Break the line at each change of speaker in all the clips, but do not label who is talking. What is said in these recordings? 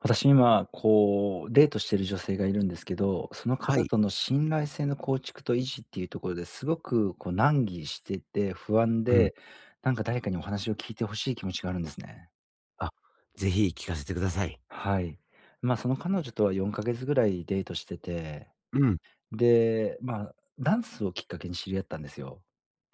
私今、こう、デートしてる女性がいるんですけど、その
は
方
い。
との信頼性の構築と維持っていうところですごくこう難儀してて不安
うん。
で、なんか誰かにお話を聞いてほしい気持ちがあるんですね。
あ、ぜひ聞かせてください。
はい。まあ、その彼女とは4ヶ月ぐらいデートしてて、
うん、
で、まあ、ダンスをきっかけに知り合ったんですよ。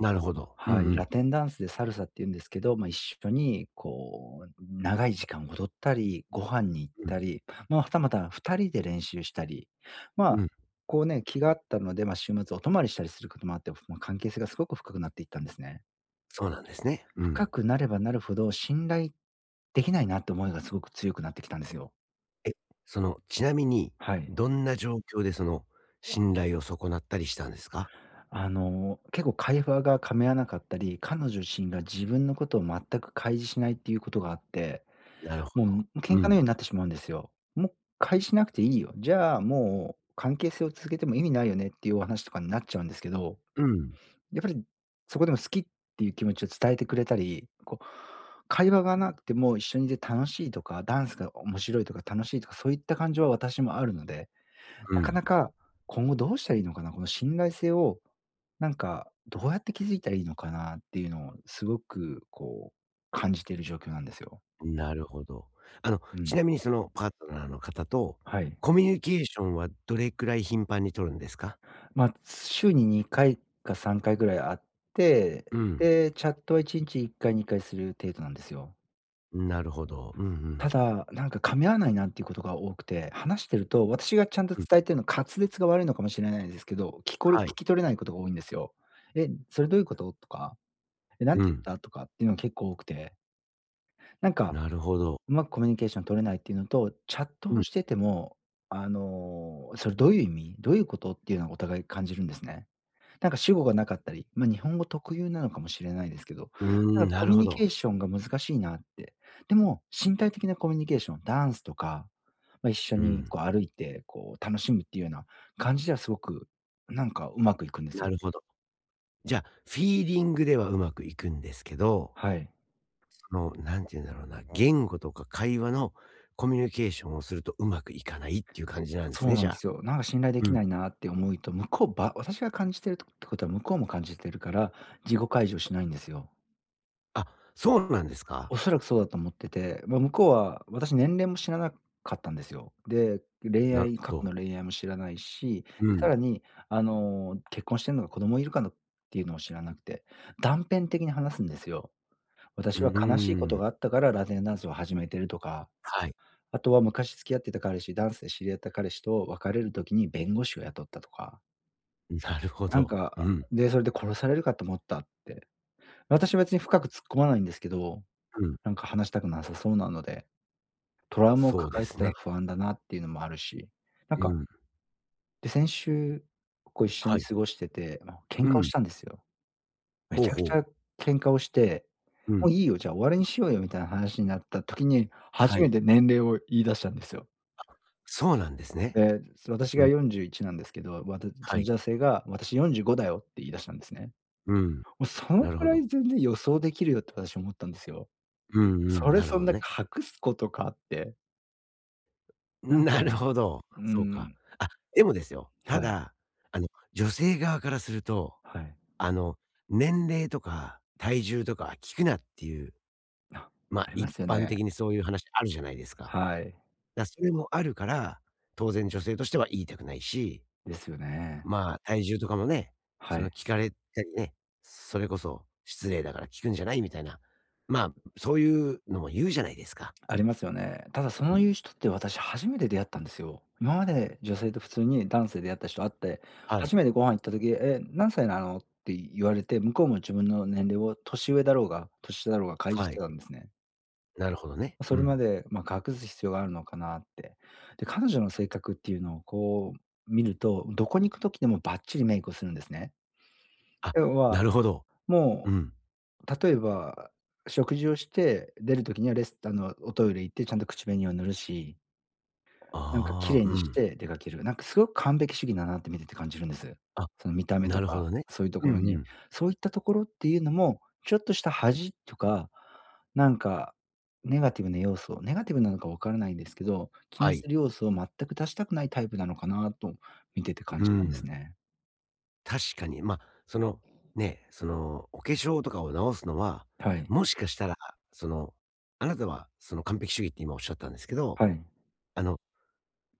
なるほど。うんう
はい、ラ
ん。
テンダンスでサルサって言うんですけど、まあ、一緒にこう、長い時間踊ったり、ご飯に行っ
う
たり、まあ、はたまた2人で練習したり、ま
ん、う
あ、
ん。
こうね、気が合ったので、まあ、週末お泊まりしたりすることもあって、まあ、関係性がすごく深くなっていったんですね。
そうなんですね。う
深
ん。
くなればなるほど、信頼できないなって思いがすごく強くなってきたんですよ。
その、ちなみに、
はい。
どんな状況でその、信頼を損なったりしたんですか？
あの、結構会話が噛み合わなかったり、彼女自身が自分のことを全く開示しないっていうことがあって、
なるほ
も
ど。
う、
う
喧嘩のよ
ん。
うになってしまうんですよ。もう「返しなくていいよ。じゃあ、もう関係性を続けても意味ないよね」っていうお話とかになっちゃうんですけど、
うん。
やっぱりそこでも好きっていう気持ちを伝えてくれたり、こう、会話がなくても一緒にいて楽しいとか、ダンスが面白いとか楽しいとか、そういった感情は私もあるので、
う
なか
ん。
なか今後どうしたらいいのかな、この信頼性を、なんか、どうやって築いたらいいのかなっていうのをすごくこう、感じている状況なんですよ。
なるほど。あの、
う
ち
ん。
なみにそのパートナーの方と、
はい。
コミュニケーションはどれくらい頻繁に取るんですか？
まあ、週に2回か3回ぐらいあっ
う
て、
ん。
で、チャットは1日1回、2回する程度なんですよ。
なるほど。うんう
た
ん。
だ、なんか噛み合わないなっていうことが多くて、話してると私がちゃんと
うん。
伝えてるの滑舌が悪いのかもしれないんですけど、聞こえる
は
聞
い。
き取れないことが多いんですよ。「え、それどういうこと？」とか、「え、なん
う
て言っ
ん。
た？」とかっていうのが結構多くて、なんか
なるほど。
うまくコミュニケーション取れないっていうのと、チャット
う
を
ん。
してても、あの、「それどういう意味？どういうこと？」っていうのをお互い感じるんですね。なんか主語がなかったり、まあ、日本語特有なのかもしれないですけど、
う
な
ー
ん
ん、
か
な
コ
る
ミュ
ほ
ニケ
ど。
ーションが難しいなって。でも、身体的なコミュニケーション、ダンスとか、まあ、一緒
う
に
ん、
こう歩いて、こう楽しむっていうような感じではすごく、なんかうまくいくんです
な
よ。
るほど。じゃあ、フィーリングではうまくいくんですけど、
はい。
その、なんて言うんだろうな、言語とか会話のコミュニケーションをするとうまくいかないっていう感じなんです
そう
ね、
な
じ
ん
ゃ
で
あ。
すよ。なんか信頼で
う
き
ん。
ないなって思うと、向こうば私が感じてるってことは向こうも感じてるから、自己解除しないんですよ。
あ、そうなんですか？
おそらくそうだと思ってて、まあ、向こうは私年齢も知らなかったんですよ。で、恋
なる
愛
ほ
過去の
ど。
恋愛も知らないし、
う
さ
ん。
らに、結婚してんのが子供いるかのっていうのを知らなくて、断片的に話すんですよ。
うー
私は悲しいこと
ん。
があったからラテンダンスを始めてるとか、
はい。
あとは昔付き合ってた彼氏、ダンスで知り合った彼氏と別れる時に弁護士を雇ったとか、
なるほ
なん
ど。う
か、
ん、
で、それで殺されるかと思ったって。私は別に深く突っ込まないんですけど、
うん。
なんか話したくなさそうなのでトラウマを
そうで
抱えて
す
た
ね。
ら不安だなっていうのもあるし、なん
う
か、
ん。
で、先週、こう、一緒
は
に
い。
過ごしてて、もう喧
う
嘩をし
ん。
たんですよ。め
ほ
ち
う
ゃくち
ほ
ゃ
う。
喧嘩をして、
う
「も
ん。
ういいよ、じゃあ終わりにしようよ」みたいな話になった時に、
は
初め
い。
て年齢を言い出したんですよ。
そうなんですね。
で、私
う
が
ん。
41なんですけど、わた
は
その
い。
女性が「私45だよ」って言い出したんですね。
うん。
もうその
なる
く
ほ
ら
ど。
い全然予想できるよって私思ったんですよ。
うんう
そ
ん、
れ
なる
そ
ほ
ん
ど
な
ね。
隠すことかって、なんか、
なるほど、
う
そうか。
ん、
あ、でもですよ、た
はい、
だ、あの、女性側からすると、
はい。
あの、年齢とか体重とか聞くなっていう、
あ、
ま、
ありま
一
すよ
般
ね。
的にそういう話あるじゃないですか。
はい。
だ、それもあるから、当然女性としては言いたくないし、
ですよね。
まあ、体重とかもね、
は
その
い。
聞かれたりね、それこそ失礼だから聞くんじゃないみたいな、まあ、そういうのも言うじゃないですか。
ありますよね。ただそう
うん、
ういう人って私初めて出会ったんですよ。今まで女性と普通に男性で出会った人会って、
はい、
初めてご飯行った時、「え、何歳なの？」って言われて、向こうも自分の年齢を年上だろうが、年下だろうが開示し
は
て
い、
たんですね。
なるほどね。う
それま
ん。
で、まあ、隠す必要があるのかなって。で、彼女の性格っていうのをこう見ると、どこに行く時でもバッチリメイクをするんですね。
あ、
要
な
は、
るほど。う
も
ん。
う例えば、食事をして、出る時にはレスおトイレ行ってちゃんと口紅を塗るし、なんか綺
ああ、
麗
う
にし
ん。
て出かける。なんかすごく完璧主義だなって見てて感じるんです。
あ、
その見た目
な
と
るほ
か、
どね。
そういうと
うん
ころ
う
に。
ん。
そういったところっていうのも、ちょっとした恥とか、なんかネガティブな要素ネガティブなのかわからないんですけど、気
は
に
い。
する要素を全く出したくないタイプなのかなと見てて感
う
じたんです
ん。
ね。
確かに、まあ、その、ね、その、お化粧とかを直すのは、
はい。
もしかしたら、その、あなたは、その、完璧主義って今おっしゃったんですけど、
はい。
あの、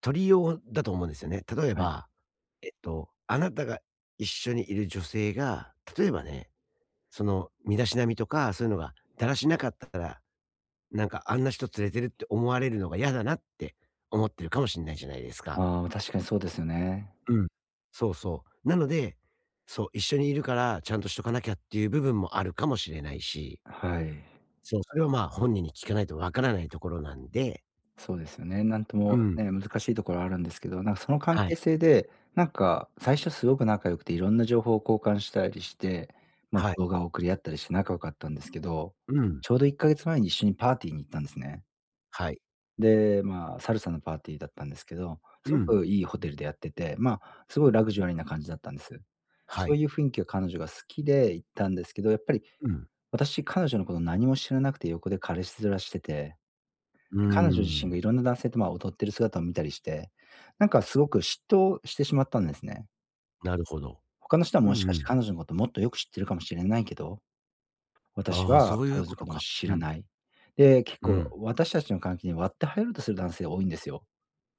取りようだと思うんですよね。例え
はい。
ば、えっと、あなたが一緒にいる女性が、例えばね、その、身だしなみとか、そういうのがだらしなかったら、なんか、あんな人連れてるって思われるのが嫌だなって思ってるかもしれないじゃないですか。
ああ、確かにそうですよね。
うん。そうそう。なので、そう、一緒にいるから、ちゃんとしとかなきゃっていう部分もあるかもしれないし、
はい。
そう、それはまあ、本人に聞かないとわからないところなんで、
そうですよね。なんと
う
も
ん。
ね、難しいところあるんですけど、なんかその関
は
係
い。
性で、なんか最初すごく仲良くていろんな情報を交換したりして、まあ、
はい。
動画を送り合ったりして仲良かったんですけど、
うん。
ちょうど1ヶ月前に一緒にパーティーに行ったんですね。
はい。
で、まあ、サルサのパーティーだったんですけど、す
う
ご
ん。
くいいホテルでやってて、まあ、すごいラグジュアリーな感じだったんです。
は
そう
い。
いう雰囲気が彼女が好きで行ったんですけど、やっぱり
うん。
私、彼女のこと何も知らなくて横で彼氏面してて
うー
彼女自身が
ん。
いろんな男性と、ま、踊ってる姿を見たりして、なんかすごく嫉妬してしまったんですね。
なるほど。
他の人は
うん
もし
う
かして
ん。
彼女のこともっとよく知ってるかもしれないけど、私
ああ、
は
そうい
彼
う
女
こ
の
と
ことを
か。
知
う
ら
ん。
ない。で、結
う
構
ん。
私たちの関係に割って入ろうとする男性が多いんですよ。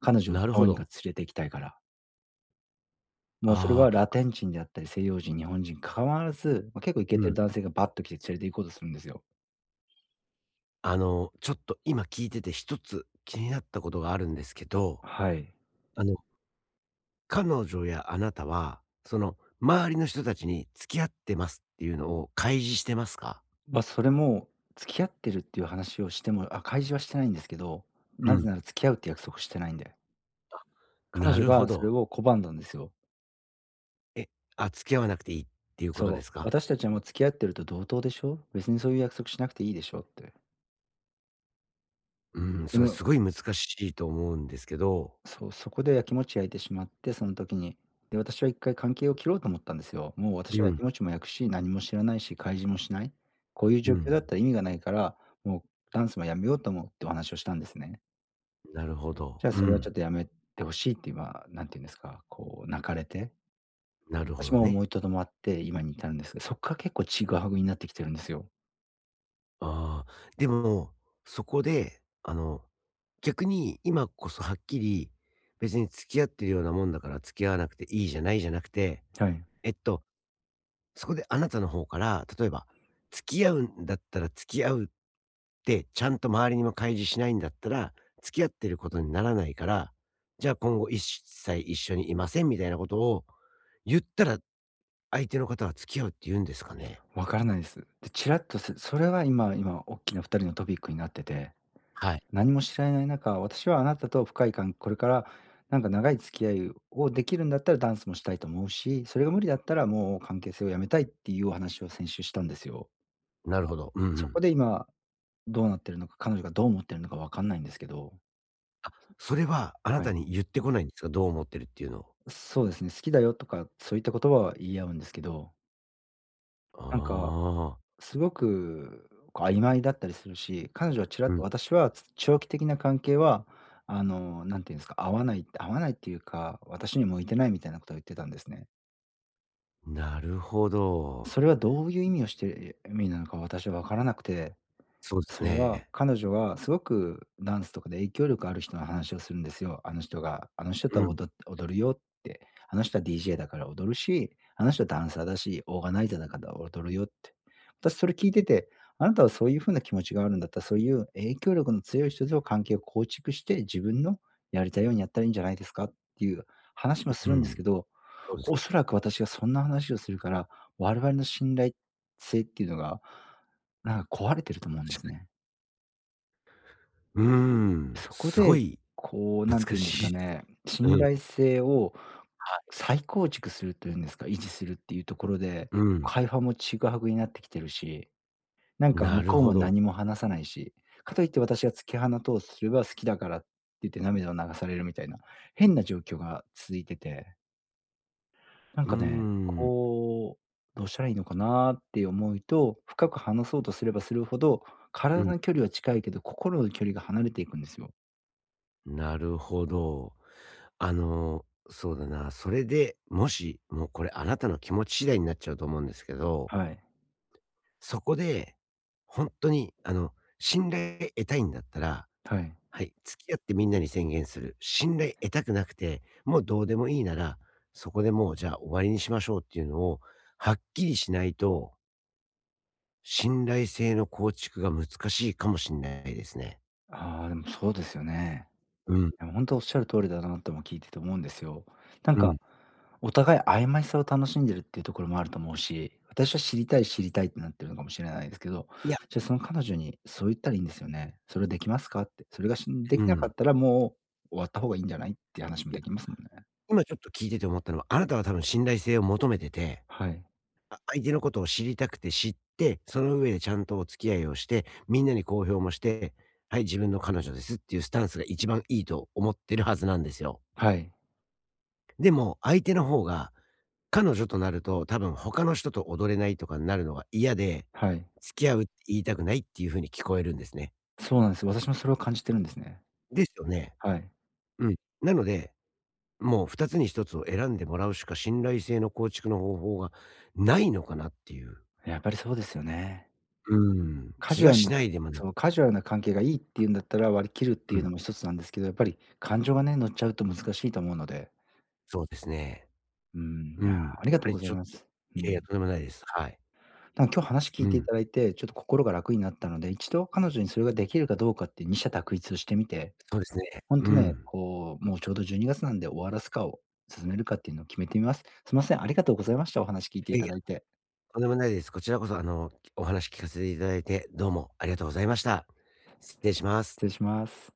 彼女を
なる
ど
ほ
うにか
ど。
連れて行きたいから。もうそれ
あ
はラ
あ、
テン人であったり、西洋人、日本人関わらず、まあ、結構イケ
う
て
ん。
る男性がバッと来て連れて行こうとするんですよ。
あの、ちょっと今聞いてて一つ気になったことがあるんですけど、
はい。
あの彼女やあなたは、その、周りの人たちに付き合ってますっていうのを開示してますか？
まあ、それも、付き合ってるっていう話をしても、あ、開示はしてないんですけど、
う
な
ん、
ぜなら付き合うって約束してないんで。彼
な
女
るほ
がそれ
ど。
を拒んだんですよ。
え、あ、付き合わなくていいっていうことで
そ
す
う、
か？
私たちはもう付き合ってると同等でしょ、別にそういう約束しなくていいでしょって。
うん、
で
それす
も、
ごい難しいと思うんですけど。
そう、そこでやきもち焼いてしまって、その時に。で、私は一回関係を切ろうと思ったんですよ。もう私
う
はや
ん、
きもちも焼くし、何も知らないし、開示もしない。こういう
う
状況だっ
ん、
たら意味がないから、もうダンスもやめようと思うってお話をしたんですね。
なるほど。
じゃあ、
う
それはちょ
ん、
っとやめてほしいって今、なんていうんですか、こう泣かれて、
なるほ
私
ど
も
ね。
思いとどまって今に至るんですけど、そっから結構ちぐはぐになってきてるんですよ。
ああ、でも、そこで、あの、逆に今こそはっきり、別に付き合ってるようなもんだから付き合わなくていいじゃないじゃなくて、
はい。
えっと、そこであなたの方から、例えば、付き合うんだったら付き合うってちゃんと周りにも開示しないんだったら、付き合ってることにならないから、じゃあ今後一切一緒にいませんみたいなことを言ったら、相手の方は付き合うって言うんですかね？
わからないです。で、ちらっと、それは今おっきな2人のトピックになってて、
はい。
何も知られない中、私はあなたと深いかんこれから長い付き合いをできるんだったらダンスもしたいと思うし、それが無理だったらもう関係性をやめたいっていうお話を先週したんですよ。
なるほど。うんう
そ
ん。
こで今どうなってるのか、彼女がどう思ってるのか分かんないんですけど。
あ、それはあな
は
た
い。
に言ってこないんですか？どう思ってるっていうのを。
そうですね、好きだよとか、そういった言葉は言い合うんですけど、なんか、
ああ、
すごくこう曖昧だったりするし、彼女はちら
う
っ
ん。
と私はつ長期的な関係は、なんていうんですか、合わないっていうか、私に向いてないみたいなことを言ってたんですね。
なるほ
そ
ど。
れはどういう意味をして意味なのか私は分からなくて、
そうです
それは
ね。
彼女はすごくダンスとかで影響力ある人の話をするんですよ。あの人が、あの人
う
とは
ん、
踊るよって、あの人は DJ だから踊るし、あの人はダンサーだし、オーガナイザーだから踊るよって。私それ聞いてて、あなたはそういう風な気持ちがあるんだったら、そういう影響力の強い人と関係を構築して、自分のやりたいようにやったらいいんじゃないですかっていう話もす
う
るんです
ん。
けど、
そうです
おそ
ね、
らく私がそんな話をするから、我々の信頼性っていうのが、なんか壊れてると思うんで
確
す
か
ね。
に。うーん、
そこ
すご
で、
い
こう、なん
難
て言うんです
しい。
かね、
う
信
ん、
頼性を再構築するというんですか、維持するっていうところで、
うん。
会話もちぐはぐになってきてるし、なんか
な
向
る
こう
ほ
も
ど。
何も話さないし、かといって私が突き放とうとすれば好きだからって言って涙を流されるみたいな、変な状況が続いてて、なん
うー
かね、
ん、
こう、どうしたらいいのかなって思うと、深く話そうとすればするほど、
う
体
ん。
の距離は近いけど、心の距離が離れていくんですよ。
なるほど。あの、そうだな、それで、もし、もうこれあなたの気持ち次第になっちゃうと思うんですけど、
はい。
そこで、本当に、あの、信頼得たいんだったら、
はい。
はい、付き合ってみんなに宣言する。信頼得たくなくて、もうどうでもいいなら、そこでもう、じゃあ終わりにしましょうっていうのを、はっきりしないと、信頼性の構築が難しいかもしれないですね。
ああ、でもそうですよね。
うん、
でも本当おっしゃる通りだなとも聞いてて思うんですよ。なん
う
か、
ん。
お互い曖昧さを楽しんでるっていうところもあると思うし、私は知りたいってなってるのかもしれないですけど、
いや、
じゃあその彼女にそう言ったらいいんですよね。それできますかって。それがで
う
きなか
ん。
ったらもう終わった方がいいんじゃないっていう話も
いや、
できますもんね。
今ちょっと聞いてて思ったのは、あなたは多分信頼性を求めてて、
はい。
あ相手のことを知りたくて知って、その上でちゃんとお付き合いをして、みんなに公表もして、はい、自分の彼女ですっていうスタンスが一番いいと思ってるはずなんですよ。
はい。
でも、相手の方が、彼女となると多分他の人と踊れないとかになるのが嫌で、
はい。
付き合うって言いたくないっていう風に聞こえるんですね。
そうなんです。私もそれを感じてるんですね。
ですよね。
はい。
うん。なのでもう2つに1つを選んでもらうしか信頼性の構築の方法がないのかなっていう、
やっぱりそうですよね。
うん、
カ
気
ジュ
が
アル
し
な
ないでもない。
そのカジュアルな関係がいいっていうんだったら、割り切るって
う
いう
ん、
のも一つなんですけど、やっぱり感情がね、乗っちゃうと難しいと思うので、
そうですね。
うん、
う
いや、
ん、
あり
やっ
がと
ぱ
う
り
ござい
ちょっ
ま
と、
す。う
いやいや、
ん。
とんでもないです。はい。
なんか今日話聞
う
いてい
ん、
ただいて、ちょっと心が楽になったので、一度彼女にそれができるかどうかって二者択一をしてみて、
そうですね。
ほん
う
とね、
ん。
こう、もうちょうど12月なんで終わらすかを進めるかっていうのを決めてみます。すいません、ありがとうございました。お話聞いて
い
い
やい
た
や、
だいて。
とんでもないです。こちらこそあの、お話聞かせていただいて、どうもありがとうございました。失礼します。
失礼します。